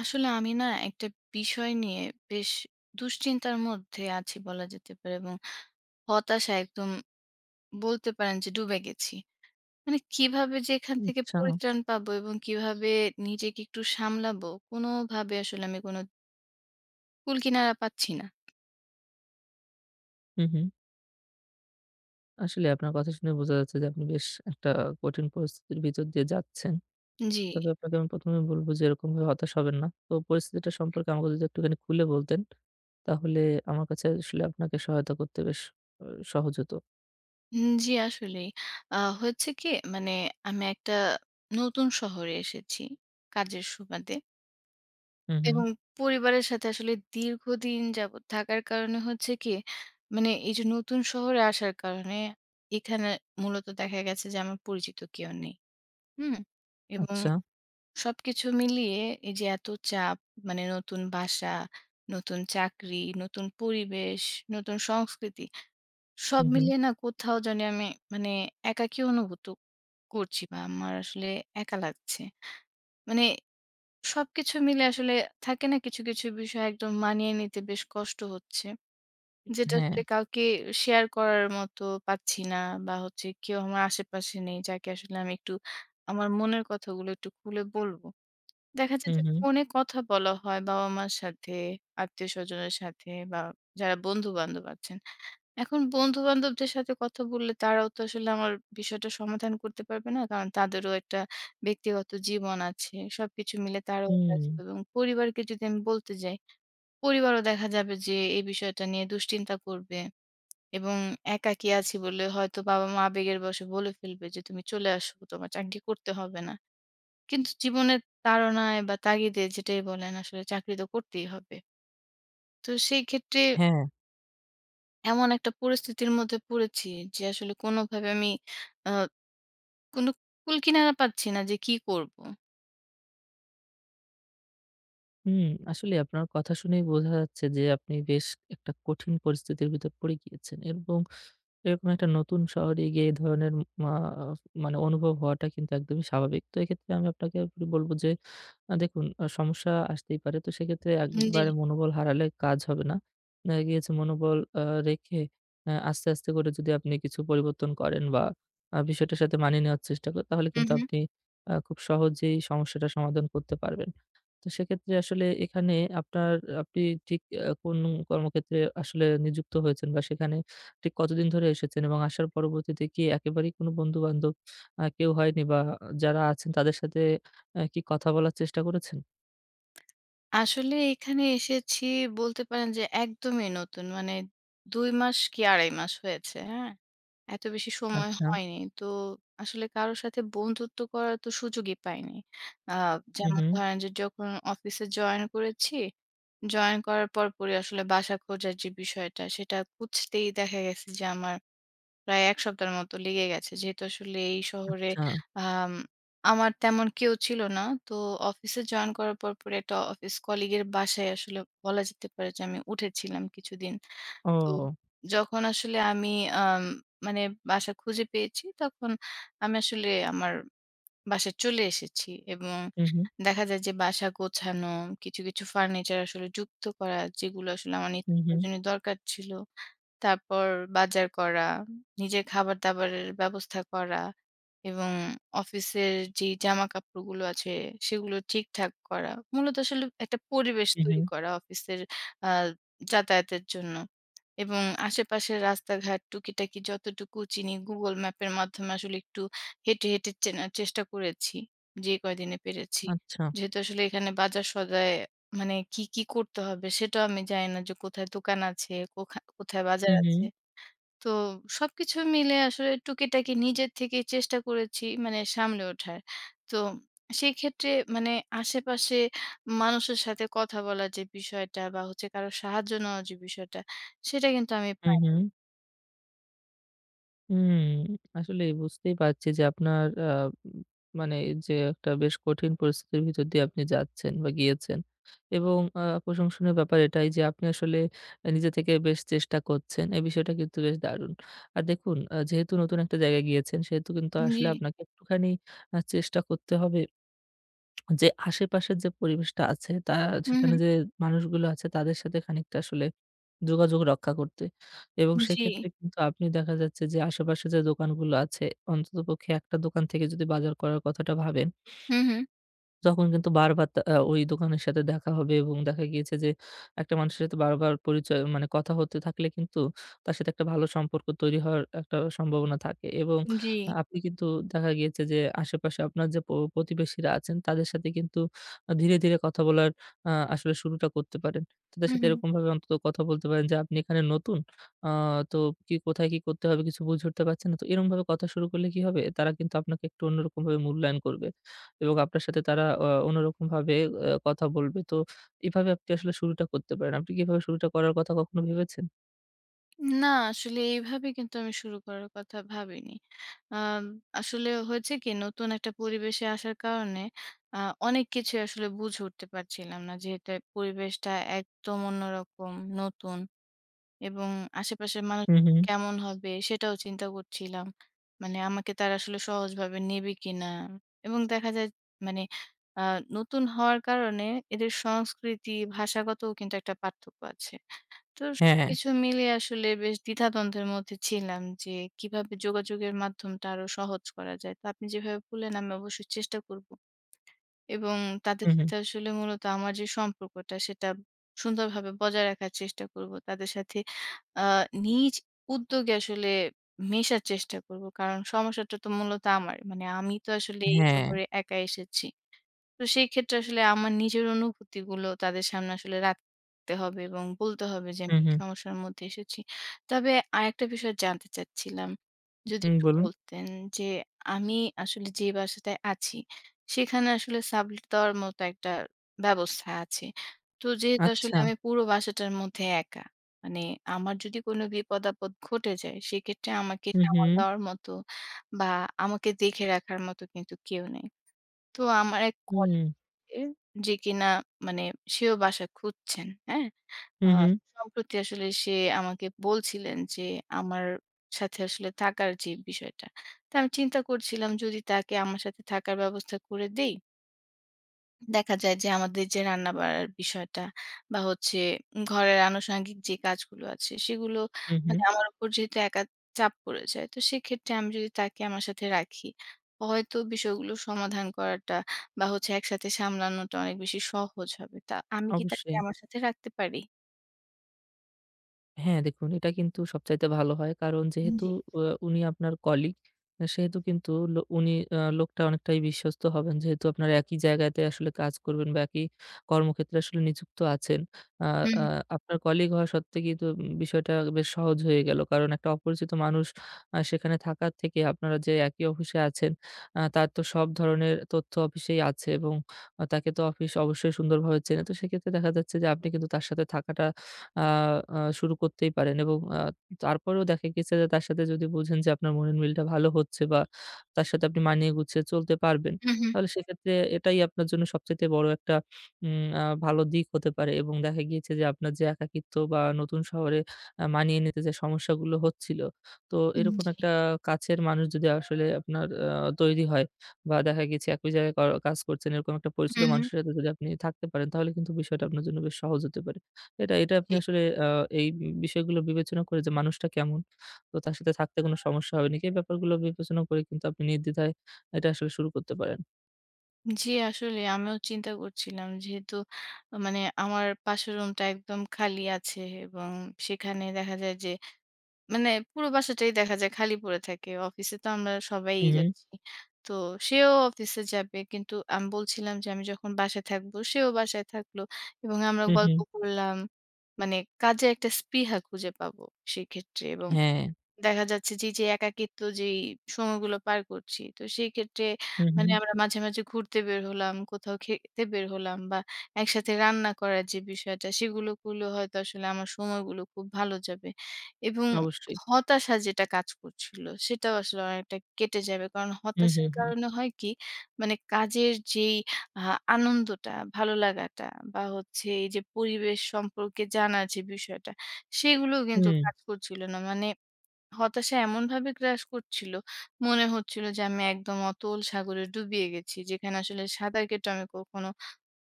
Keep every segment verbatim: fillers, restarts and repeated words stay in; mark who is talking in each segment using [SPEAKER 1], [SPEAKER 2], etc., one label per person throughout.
[SPEAKER 1] আসলে আমি না একটা বিষয় নিয়ে বেশ দুশ্চিন্তার মধ্যে আছি বলা যেতে পারে এবং হতাশা একদম বলতে পারেন যে ডুবে গেছি। মানে কিভাবে যে এখান থেকে
[SPEAKER 2] আচ্ছা।
[SPEAKER 1] পরিত্রাণ পাবো এবং কিভাবে নিজেকে একটু সামলাবো কোনোভাবে আসলে আমি কোনো কুল কিনারা পাচ্ছি না।
[SPEAKER 2] হু, হু। আসলে আপনার কথা শুনে বোঝা যাচ্ছে যে আপনি বেশ একটা কঠিন পরিস্থিতির ভিতর দিয়ে যাচ্ছেন।
[SPEAKER 1] জি,
[SPEAKER 2] তবে আপনাকে আমি প্রথম এই বলব যে এরকমভাবে হতাশ হবেন না। তো পরিস্থিতিটা সম্পর্কে আমাকে যদি একটুখানি খুলে বলতেন, তাহলে আমার কাছে আসলে আপনাকে সহায়তা করতে বেশ আ সহজ হতো।
[SPEAKER 1] উম জি আসলেই। আ হয়েছে কি মানে আমি একটা নতুন শহরে এসেছি কাজের সুবাদে।
[SPEAKER 2] হু, হু।
[SPEAKER 1] এবং পরিবারের সাথে আসলে দীর্ঘদিন যাবৎ থাকার কারণে হচ্ছে কি, মানে এই যে নতুন শহরে আসার কারণে এখানে মূলত দেখা গেছে যে আমার পরিচিত কেউ নেই। হুম? এবং
[SPEAKER 2] আচ্ছা।
[SPEAKER 1] সবকিছু মিলিয়ে এই যে এত চাপ মানে নতুন বাসা, নতুন চাকরি, নতুন পরিবেশ, নতুন সংস্কৃতি সব
[SPEAKER 2] হু, হু।
[SPEAKER 1] মিলিয়ে না কোথাও জানি আমি মানে একাকী অনুভূত করছি বা আমার আসলে একা লাগছে। মানে সবকিছু মিলে আসলে থাকে না কিছু, কিছু বিষয় একদম মানিয়ে নিতে বেশ কষ্ট হচ্ছে। যেটা
[SPEAKER 2] হ্যাঁ।
[SPEAKER 1] আসলে কাউকে শেয়ার করার মতো পাচ্ছি না বা হচ্ছে কেউ আমার আশেপাশে নেই যাকে আসলে আমি একটু আমার মনের কথাগুলো একটু খুলে বলব। দেখা যায়
[SPEAKER 2] হু,
[SPEAKER 1] যে
[SPEAKER 2] হু।
[SPEAKER 1] ফোনে কথা বলা হয় বাবা-মার সাথে, আত্মীয়স্বজনের সাথে বা যারা বন্ধু-বান্ধব আছেন। এখন বন্ধু-বান্ধবদের সাথে কথা বললে তারাও তো আসলে আমার বিষয়টা সমাধান করতে পারবে না। কারণ তাদেরও একটা ব্যক্তিগত জীবন আছে। সবকিছু মিলে তারাও
[SPEAKER 2] হুম।
[SPEAKER 1] ব্যস্ত এবং পরিবারকে যদি আমি বলতে যাই, পরিবারও দেখা যাবে যে এই বিষয়টা নিয়ে দুশ্চিন্তা করবে এবং একাকী আছি বলে হয়তো বাবা-মা আবেগের বশে বলে ফেলবে যে, "তুমি চলে আসো, তোমার চাকরি করতে হবে না।" কিন্তু জীবনের তাড়নায় বা তাগিদে যেটাই বলেন আসলে চাকরি তো করতেই হবে। তো সেই ক্ষেত্রে
[SPEAKER 2] হ্যাঁ।
[SPEAKER 1] এমন একটা পরিস্থিতির মধ্যে পড়েছি যে আসলে কোনোভাবে আমি আ কোনো কুলকিনারা পাচ্ছি না যে কি করব?
[SPEAKER 2] হুম, আসলে আপনার কথা শুনেই বোঝা যাচ্ছে যে আপনি বেশ একটা কঠিন পরিস্থিতির ভিতর পড়ে গিয়েছেন এবং এরকম একটা নতুন শহরে গিয়ে এই ধরনের মা মানে অনুভব হওয়াটা কিন্তু একদমই স্বাভাবিক। তো এক্ষেত্রে আমি আপনাকে বলব যে আ দেখুন আ সমস্যা আসতেই পারে। তো সেক্ষেত্রে
[SPEAKER 1] জি।
[SPEAKER 2] একবারে মনোবল হারালে কাজ হবে না। দেখা গিয়েছে মনোবল আ রেখে আ আস্তে, আস্তে করে যদি আপনি কিছু পরিবর্তন করেন বা আ বিষয়টার সাথে মানিয়ে নেওয়ার চেষ্টা করেন তাহলে
[SPEAKER 1] হু,
[SPEAKER 2] কিন্তু
[SPEAKER 1] হু।
[SPEAKER 2] আপনি আ খুব সহজেই সমস্যাটার সমাধান করতে পারবেন। তো সেক্ষেত্রে আসলে এখানে আপনার আপনি ঠিক আ কোন কর্মক্ষেত্রে আসলে নিযুক্ত হয়েছেন বা সেখানে ঠিক কতদিন ধরে এসেছেন এবং আসার পরবর্তীতে কি একেবারেই কোনো বন্ধু-বান্ধব আ কেউ হয়নি বা যারা আছেন তাদের সাথে আ কি কথা বলার চেষ্টা করেছেন?
[SPEAKER 1] আসলে এখানে এসেছি বলতে পারেন যে একদমই নতুন। মানে দুই মাস কি আড়াই মাস হয়েছে, হ্যাঁ? এত বেশি সময়
[SPEAKER 2] আচ্ছা।
[SPEAKER 1] হয়নি। তো আসলে কারো সাথে বন্ধুত্ব করার তো সুযোগই পাইনি। আ
[SPEAKER 2] হু,
[SPEAKER 1] যেমন
[SPEAKER 2] হু।
[SPEAKER 1] ধরেন যে যখন অফিসে জয়েন করেছি, জয়েন করার পরপরই আসলে বাসা খোঁজার যে বিষয়টা সেটা খুঁজতেই দেখা গেছে যে আমার প্রায় এক সপ্তাহের মতো লেগে গেছে। যেহেতু আসলে এই হুম। শহরে
[SPEAKER 2] আচ্ছা।
[SPEAKER 1] আম আমার তেমন কেউ ছিল না। তো অফিসে জয়েন করার পর, পরে একটা অফিস কলিগ এর বাসায় আসলে বলা যেতে পারে যে আমি উঠেছিলাম কিছুদিন। তো
[SPEAKER 2] ও!
[SPEAKER 1] যখন আসলে আমি আম মানে বাসা খুঁজে পেয়েছি, তখন আমি আসলে আমার বাসায় চলে এসেছি এবং
[SPEAKER 2] হু, হু।
[SPEAKER 1] দেখা যায় যে বাসা গোছানো, কিছু, কিছু ফার্নিচার আসলে যুক্ত করা যেগুলো আসলে আমার নিত্য
[SPEAKER 2] হু, হু।
[SPEAKER 1] প্রয়োজনীয় দরকার ছিল। তারপর বাজার করা, নিজের খাবার-দাবারের ব্যবস্থা করা এবং অফিসের যে জামাকাপড়গুলো আছে সেগুলো ঠিকঠাক করা। মূলত আসলে একটা পরিবেশ
[SPEAKER 2] হু, হু।
[SPEAKER 1] তৈরি করা অফিসের আ যাতায়াতের জন্য এবং আশেপাশের রাস্তাঘাট টুকিটাকি যতটুকু চিনি Google ম্যাপের মাধ্যমে আসলে একটু হেঁটে, হেঁটে চেনার চেষ্টা করেছি যে কয়দিনে পেরেছি।
[SPEAKER 2] আচ্ছা।
[SPEAKER 1] যেহেতু আসলে এখানে বাজার সদায় মানে কি, কি করতে হবে সেটাও আমি জানি না যে কোথায় দোকান আছে, কোখা কোথায় বাজার
[SPEAKER 2] হু, হু।
[SPEAKER 1] আছে। তো সবকিছু মিলে আসলে টুকিটাকি নিজের থেকেই চেষ্টা করেছি মানে সামলে ওঠার। তো সেক্ষেত্রে মানে আশেপাশে মানুষের সাথে কথা বলার যে বিষয়টা বা হচ্ছে কারো সাহায্য নেওয়ার যে বিষয়টা সেটা কিন্তু আমি
[SPEAKER 2] হু,
[SPEAKER 1] পাই
[SPEAKER 2] হু। হুম, আসলেই বুঝতেই পারছি যে আপনার আ উম মানে যে একটা বেশ কঠিন পরিস্থিতির ভিতর দিয়ে আপনি যাচ্ছেন বা গিয়েছেন। এবং আ প্রশংসনীয় ব্যাপার এটাই যে আপনি আসলে আ নিজে থেকে বেশ চেষ্টা করছেন। এই বিষয়টা কিন্তু বেশ দারুণ। আর দেখুন আ যেহেতু নতুন একটা জায়গায় গিয়েছেন সেহেতু কিন্তু
[SPEAKER 1] জি।
[SPEAKER 2] আসলে আপনাকে একটুখানি আ চেষ্টা করতে হবে যে আশেপাশের যে পরিবেশটা আছে তা
[SPEAKER 1] হু, হু।
[SPEAKER 2] সেখানে যে মানুষগুলো আছে তাদের সাথে খানিকটা আসলে যোগাযোগ রক্ষা করতে। এবং
[SPEAKER 1] জি।
[SPEAKER 2] সেক্ষেত্রে কিন্তু আপনি দেখা যাচ্ছে যে আশেপাশে যে দোকানগুলো আছে, অন্ততপক্ষে একটা দোকান থেকে যদি বাজার করার কথাটা ভাবেন,
[SPEAKER 1] হু, হু।
[SPEAKER 2] তখন কিন্তু বারবার তা আ ওই দোকানের সাথে দেখা হবে এবং দেখা গিয়েছে যে একটা মানুষের সাথে বারবার পরিচয় মানে কথা হতে থাকলে কিন্তু তার সাথে একটা ভালো সম্পর্ক তৈরি হওয়ার একটা সম্ভাবনা থাকে এবং
[SPEAKER 1] জি।
[SPEAKER 2] আ আপনি কিন্তু দেখা গিয়েছে যে আশেপাশে আপনার যে প প্রতিবেশীরা আছেন তাদের সাথে কিন্তু আ ধীরে, ধীরে কথা বলার আ আসলে শুরুটা করতে পারেন। তাদের
[SPEAKER 1] হু,
[SPEAKER 2] সাথে
[SPEAKER 1] হু।
[SPEAKER 2] এরকমভাবে অন্তত কথা বলতে পারেন যে, "আপনি এখানে নতুন। আ তো কি কোথায় কি করতে হবে কিছু বুঝে উঠতে পারছেন না।" তো এরকমভাবে কথা শুরু করলে কি হবে? তারা কিন্তু আপনাকে একটু অন্যরকমভাবে মূল্যায়ন করবে। এবং আপনার সাথে তারা অ অন্যরকমভাবে আ কথা বলবে। তো এভাবে আপনি আসলে শুরুটা করতে পারেন। আপনি কি এভাবে শুরুটা করার কথা কখনো ভেবেছেন?
[SPEAKER 1] না, আসলে এইভাবে কিন্তু আমি শুরু করার কথা ভাবিনি। আম আসলে হয়েছে কি নতুন একটা পরিবেশে আসার কারণে আ অনেক কিছুই আসলে বুঝে উঠতে পারছিলাম না। যেহেতু পরিবেশটা একদম অন্যরকম, নতুন এবং আশেপাশের মানুষ
[SPEAKER 2] হুম, হুম।
[SPEAKER 1] কেমন হবে সেটাও চিন্তা করছিলাম। মানে আমাকে তারা আসলে সহজভাবে নেবে কিনা? এবং দেখা যায় মানে আ নতুন হওয়ার কারণে এদের সংস্কৃতি, ভাষাগতও কিন্তু একটা পার্থক্য আছে। তো
[SPEAKER 2] হ্যাঁ,
[SPEAKER 1] সবকিছু মিলিয়ে আসলে বেশ দ্বিধাদ্বন্দ্বের মধ্যে ছিলাম যে কিভাবে যোগাযোগের মাধ্যমটা আরো সহজ করা যায়। তো আপনি যেভাবে বললেন আমি অবশ্যই চেষ্টা করব। এবং তাদের
[SPEAKER 2] হুম, হুম।
[SPEAKER 1] সাথে আসলে মূলত আমার যে সম্পর্কটা সেটা সুন্দরভাবে বজায় রাখার চেষ্টা করব। তাদের সাথে আ নিজ উদ্যোগে আসলে মেশার চেষ্টা করব। কারণ সমস্যাটা তো মূলত আমার। মানে আমি তো আসলে এই
[SPEAKER 2] হ্যাঁ,
[SPEAKER 1] শহরে একা এসেছি। তো সেই ক্ষেত্রে আসলে আমার নিজের অনুভূতিগুলো তাদের সামনে আসলে রাখতে হবে এবং বলতে হবে যে আমি
[SPEAKER 2] হুম,
[SPEAKER 1] এই
[SPEAKER 2] হুম।
[SPEAKER 1] সমস্যার মধ্যে এসেছি। তবে আরেকটা বিষয় জানতে চাচ্ছিলাম। যদি
[SPEAKER 2] হুম,
[SPEAKER 1] একটু
[SPEAKER 2] বলুন।
[SPEAKER 1] বলতেন যে আমি আসলে যে বাসাতে আছি সেখানে আসলে সাবলেট দেওয়ার মতো একটা ব্যবস্থা আছে। তো যেহেতু আসলে
[SPEAKER 2] আচ্ছা।
[SPEAKER 1] আমি পুরো বাসাটার মধ্যে একা। মানে আমার যদি কোনো বিপদ-আপদ ঘটে যায় সেক্ষেত্রে আমাকে
[SPEAKER 2] হুম,
[SPEAKER 1] সামাল
[SPEAKER 2] হুম।
[SPEAKER 1] দেওয়ার মতো বা আমাকে দেখে রাখার মতো কিন্তু কেউ নেই। তো আমার এক কলিগ
[SPEAKER 2] হুম,
[SPEAKER 1] যে কিনা মানে সেও বাসা খুঁজছেন, হ্যাঁ? আ
[SPEAKER 2] হুম, হুম।
[SPEAKER 1] সম্প্রতি আসলে সে আমাকে বলছিলেন যে আমার সাথে আসলে থাকার যে বিষয়টা। তো আমি চিন্তা করছিলাম যদি তাকে আমার সাথে থাকার ব্যবস্থা করে দেই দেখা যায় যে আমাদের যে রান্নাবাড়ার বিষয়টা বা হচ্ছে ঘরের আনুষঙ্গিক যে কাজগুলো আছে সেগুলো
[SPEAKER 2] হুম হুম
[SPEAKER 1] মানে আমার উপর যেহেতু একা চাপ পড়ে যায়। তো সেক্ষেত্রে আমি যদি তাকে আমার সাথে রাখি, হয়তো বিষয়গুলো সমাধান করাটা বা হচ্ছে একসাথে সামলানোটা অনেক বেশি সহজ হবে। তা আমি কি তাকে
[SPEAKER 2] অবশ্যই।
[SPEAKER 1] আমার সাথে রাখতে পারি?
[SPEAKER 2] হ্যাঁ, দেখুন এটা কিন্তু সবচাইতে ভালো হয়। কারণ যেহেতু
[SPEAKER 1] জি।
[SPEAKER 2] অ উনি আপনার কলিগ, সেহেতু কিন্তু লো উনি আ লোকটা অনেকটাই বিশ্বস্ত হবেন। যেহেতু আপনারা একই জায়গাতে আসলে কাজ করবেন বা একই কর্মক্ষেত্রে আসলে নিযুক্ত আছেন। আ
[SPEAKER 1] হুম,
[SPEAKER 2] আ আপনার কলিগ হওয়া সত্ত্বে কিন্তু উম, বিষয়টা বেশ সহজ হয়ে গেল। কারণ একটা অপরিচিত মানুষ আ সেখানে থাকার থেকে আপনারা যে একই অফিসে আছেন, আ তার তো সব ধরনের তথ্য অফিসেই আছে এবং আ তাকে তো অফিস অবশ্যই সুন্দরভাবে চেনে। তো সেক্ষেত্রে দেখা যাচ্ছে যে আপনি কিন্তু তার সাথে থাকাটা আ আহ, শুরু করতেই পারেন এবং আ তারপরেও দেখা গেছে যে তার সাথে যদি বুঝেন যে আপনার মনের মিলটা ভালো হচ্ছে বা তার সাথে আপনি মানিয়ে গুছিয়ে চলতে পারবেন,
[SPEAKER 1] হুম, হুম।
[SPEAKER 2] তাহলে সেক্ষেত্রে এটাই আপনার জন্য সবচাইতে বড় একটা উম আ ভালো দিক হতে পারে এবং দেখা গিয়েছে যে আপনার যে একাকিত্ব বা নতুন শহরে আ মানিয়ে নিতে যে সমস্যাগুলো হচ্ছিল, তো
[SPEAKER 1] উম
[SPEAKER 2] এরকম
[SPEAKER 1] জি।
[SPEAKER 2] একটা কাছের মানুষ যদি আসলে আপনার আ তৈরি হয় বা দেখা গেছে একই জায়গায় ক কাজ করছেন, এরকম একটা পরিচিত
[SPEAKER 1] হুম, হুম।
[SPEAKER 2] মানুষের সাথে যদি আপনি থাকতে পারেন, তাহলে কিন্তু বিষয়টা আপনার জন্য বেশ সহজ হতে পারে। এটা, এটা আপনি
[SPEAKER 1] জি।
[SPEAKER 2] আসলে আ এই বিষয়গুলো বিবেচনা করে যে মানুষটা কেমন? তো তার সাথে থাকতে কোনো সমস্যা হবে নাকি? এই ব্যাপারগুলো বিবেচনা করে কিন্তু আপনি নির্দ্বিধায় এটা আসলে শুরু করতে পারেন।
[SPEAKER 1] জি, আসলে আমিও চিন্তা করছিলাম যেহেতু মানে আমার পাশের রুমটা একদম খালি আছে এবং সেখানে দেখা যায় যে মানে পুরো বাসাটাই দেখা যায় খালি পড়ে থাকে। অফিসে তো আমরা সবাই
[SPEAKER 2] হু, হু,
[SPEAKER 1] যাচ্ছি। তো সেও অফিসে যাবে। কিন্তু আমি বলছিলাম যে আমি যখন বাসায় থাকবো, সেও বাসায় থাকলো এবং আমরা
[SPEAKER 2] হু, হু।
[SPEAKER 1] গল্প করলাম। মানে কাজে একটা স্পৃহা খুঁজে পাবো সেক্ষেত্রে এবং
[SPEAKER 2] হ্যাঁ,
[SPEAKER 1] দেখা যাচ্ছে যে, এইযে একাকিত্ব যেই সময়গুলো পার করছি। তো সেই ক্ষেত্রে
[SPEAKER 2] হু, হু।
[SPEAKER 1] মানে আমরা মাঝে, মাঝে ঘুরতে বের হলাম, কোথাও খেতে বের হলাম বা একসাথে রান্না করার যে বিষয়টা সেগুলো করলে হয়তো আসলে আমার সময়গুলো খুব ভালো যাবে। এবং
[SPEAKER 2] অবশ্যই।
[SPEAKER 1] হতাশা যেটা কাজ করছিল সেটাও আসলে অনেকটা কেটে যাবে। কারণ
[SPEAKER 2] হু, হু,
[SPEAKER 1] হতাশার
[SPEAKER 2] হু।
[SPEAKER 1] কারণে হয় কি মানে কাজের যেই আ আনন্দটা, ভালো লাগাটা বা হচ্ছে এইযে পরিবেশ সম্পর্কে জানার যে বিষয়টা সেগুলোও কিন্তু
[SPEAKER 2] হুম,
[SPEAKER 1] কাজ করছিল না। মানে হতাশা এমনভাবে গ্রাস করছিল, মনে হচ্ছিল যে আমি একদম অতল সাগরে ডুবিয়ে গেছি। যেখানে আসলে সাঁতার কেটে আমি কখনো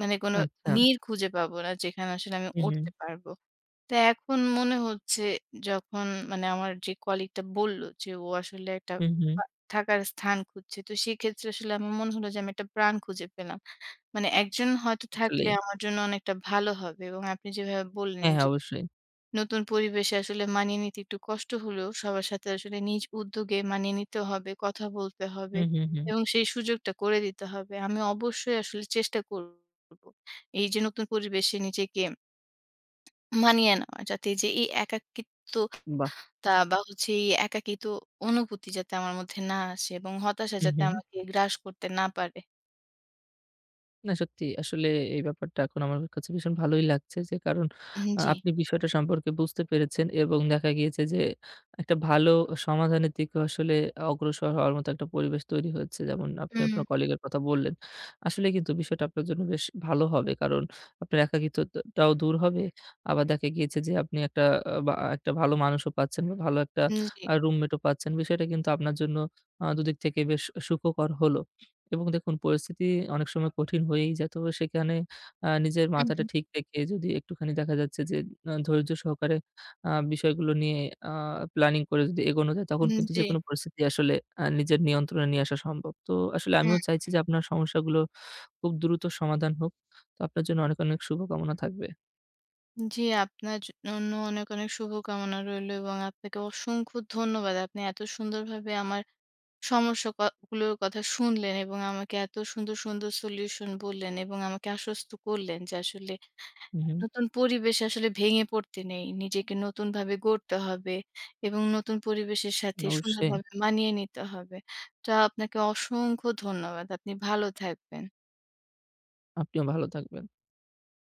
[SPEAKER 1] মানে কোনো
[SPEAKER 2] আচ্ছা।
[SPEAKER 1] নীড় খুঁজে পাবো না, যেখানে আসলে আমি
[SPEAKER 2] হু, হু,
[SPEAKER 1] উঠতে পারবো। তো এখন মনে হচ্ছে যখন মানে আমার যে কলিগটা বলল যে ও আসলে একটা
[SPEAKER 2] হু, হু।
[SPEAKER 1] বা থাকার স্থান খুঁজছে। তো সেক্ষেত্রে আসলে আমার মনে হলো যে আমি একটা প্রাণ খুঁজে পেলাম। মানে একজন হয়তো থাকলে
[SPEAKER 2] আসলেই।
[SPEAKER 1] আমার জন্য অনেকটা ভালো হবে এবং আপনি যেভাবে বললেন
[SPEAKER 2] হ্যাঁ,
[SPEAKER 1] যে
[SPEAKER 2] হ্যাঁ, অবশ্যই।
[SPEAKER 1] নতুন পরিবেশে আসলে মানিয়ে নিতে একটু কষ্ট হলেও সবার সাথে আসলে নিজ উদ্যোগে মানিয়ে নিতে হবে, কথা বলতে হবে
[SPEAKER 2] হু, হু, হু।
[SPEAKER 1] এবং সেই সুযোগটা করে দিতে হবে। আমি অবশ্যই আসলে চেষ্টা করব। এই যে নতুন পরিবেশে নিজেকে মানিয়ে নেওয়া যাতে এই যে এই একাকিত্বতা
[SPEAKER 2] বাহ!
[SPEAKER 1] বা হচ্ছে এই একাকিত্ব অনুভূতি যাতে আমার মধ্যে না আসে এবং হতাশা
[SPEAKER 2] হু,
[SPEAKER 1] যাতে
[SPEAKER 2] হু।
[SPEAKER 1] আমাকে গ্রাস করতে না পারে।
[SPEAKER 2] না সত্যি আসলে এই ব্যাপারটা এখন আমার কাছে ভীষণ ভালোই লাগছে যে কারণ
[SPEAKER 1] হুম,
[SPEAKER 2] আ
[SPEAKER 1] জি।
[SPEAKER 2] আপনি বিষয়টা সম্পর্কে বুঝতে পেরেছেন এবং দেখা গিয়েছে যে একটা ভালো সমাধানের দিকে আসলে অগ্রসর হওয়ার মতো একটা পরিবেশ তৈরি হয়েছে। যেমন আপনি
[SPEAKER 1] হুম,
[SPEAKER 2] আপনার কলিগের কথা বললেন। আসলে কিন্তু বিষয়টা আপনার জন্য বেশ ভালো হবে। কারণ আপনার একাকিত্বটাও দূর হবে। আবার দেখা গিয়েছে যে আপনি একটা আ বা একটা ভালো মানুষও পাচ্ছেন বা ভালো একটা
[SPEAKER 1] হুম, জি।
[SPEAKER 2] আ রুমমেটও পাচ্ছেন। বিষয়টা কিন্তু আপনার জন্য আ দুদিক থেকে বেশ সুখকর হলো। এবং দেখুন পরিস্থিতি অনেক সময় কঠিন হয়েই যায়। তো সেখানে আ নিজের
[SPEAKER 1] হুম,
[SPEAKER 2] মাথাটা
[SPEAKER 1] হুম।
[SPEAKER 2] ঠিক রেখে যদি একটুখানি দেখা যাচ্ছে যে আ ধৈর্য সহকারে আ বিষয়গুলো নিয়ে আ প্ল্যানিং করে যদি এগোনো যায় তখন
[SPEAKER 1] হুম,
[SPEAKER 2] কিন্তু
[SPEAKER 1] জি।
[SPEAKER 2] যেকোনো পরিস্থিতি আসলে আ নিজের নিয়ন্ত্রণে নিয়ে আসা সম্ভব। তো আসলে
[SPEAKER 1] হুম।
[SPEAKER 2] আমিও চাইছি যে আপনার সমস্যাগুলো খুব দ্রুত সমাধান হোক। তো আপনার জন্য অনেক, অনেক শুভকামনা থাকবে।
[SPEAKER 1] জি, আপনার জন্য অনেক, অনেক শুভকামনা রইলো এবং আপনাকে অসংখ্য ধন্যবাদ। আপনি এত সুন্দরভাবে আমার সমস্যা ক গুলোর কথা শুনলেন এবং আমাকে এত সুন্দর, সুন্দর সলিউশন বললেন এবং আমাকে আশ্বস্ত করলেন যে আসলে
[SPEAKER 2] হুম, হুম।
[SPEAKER 1] নতুন পরিবেশে আসলে ভেঙে পড়তে নেই। নিজেকে নতুনভাবে গড়তে হবে এবং নতুন পরিবেশের সাথে
[SPEAKER 2] অবশ্যই।
[SPEAKER 1] সুন্দরভাবে মানিয়ে নিতে হবে। তো আপনাকে অসংখ্য ধন্যবাদ। আপনি ভালো থাকবেন।
[SPEAKER 2] আপনিও ভালো থাকবেন।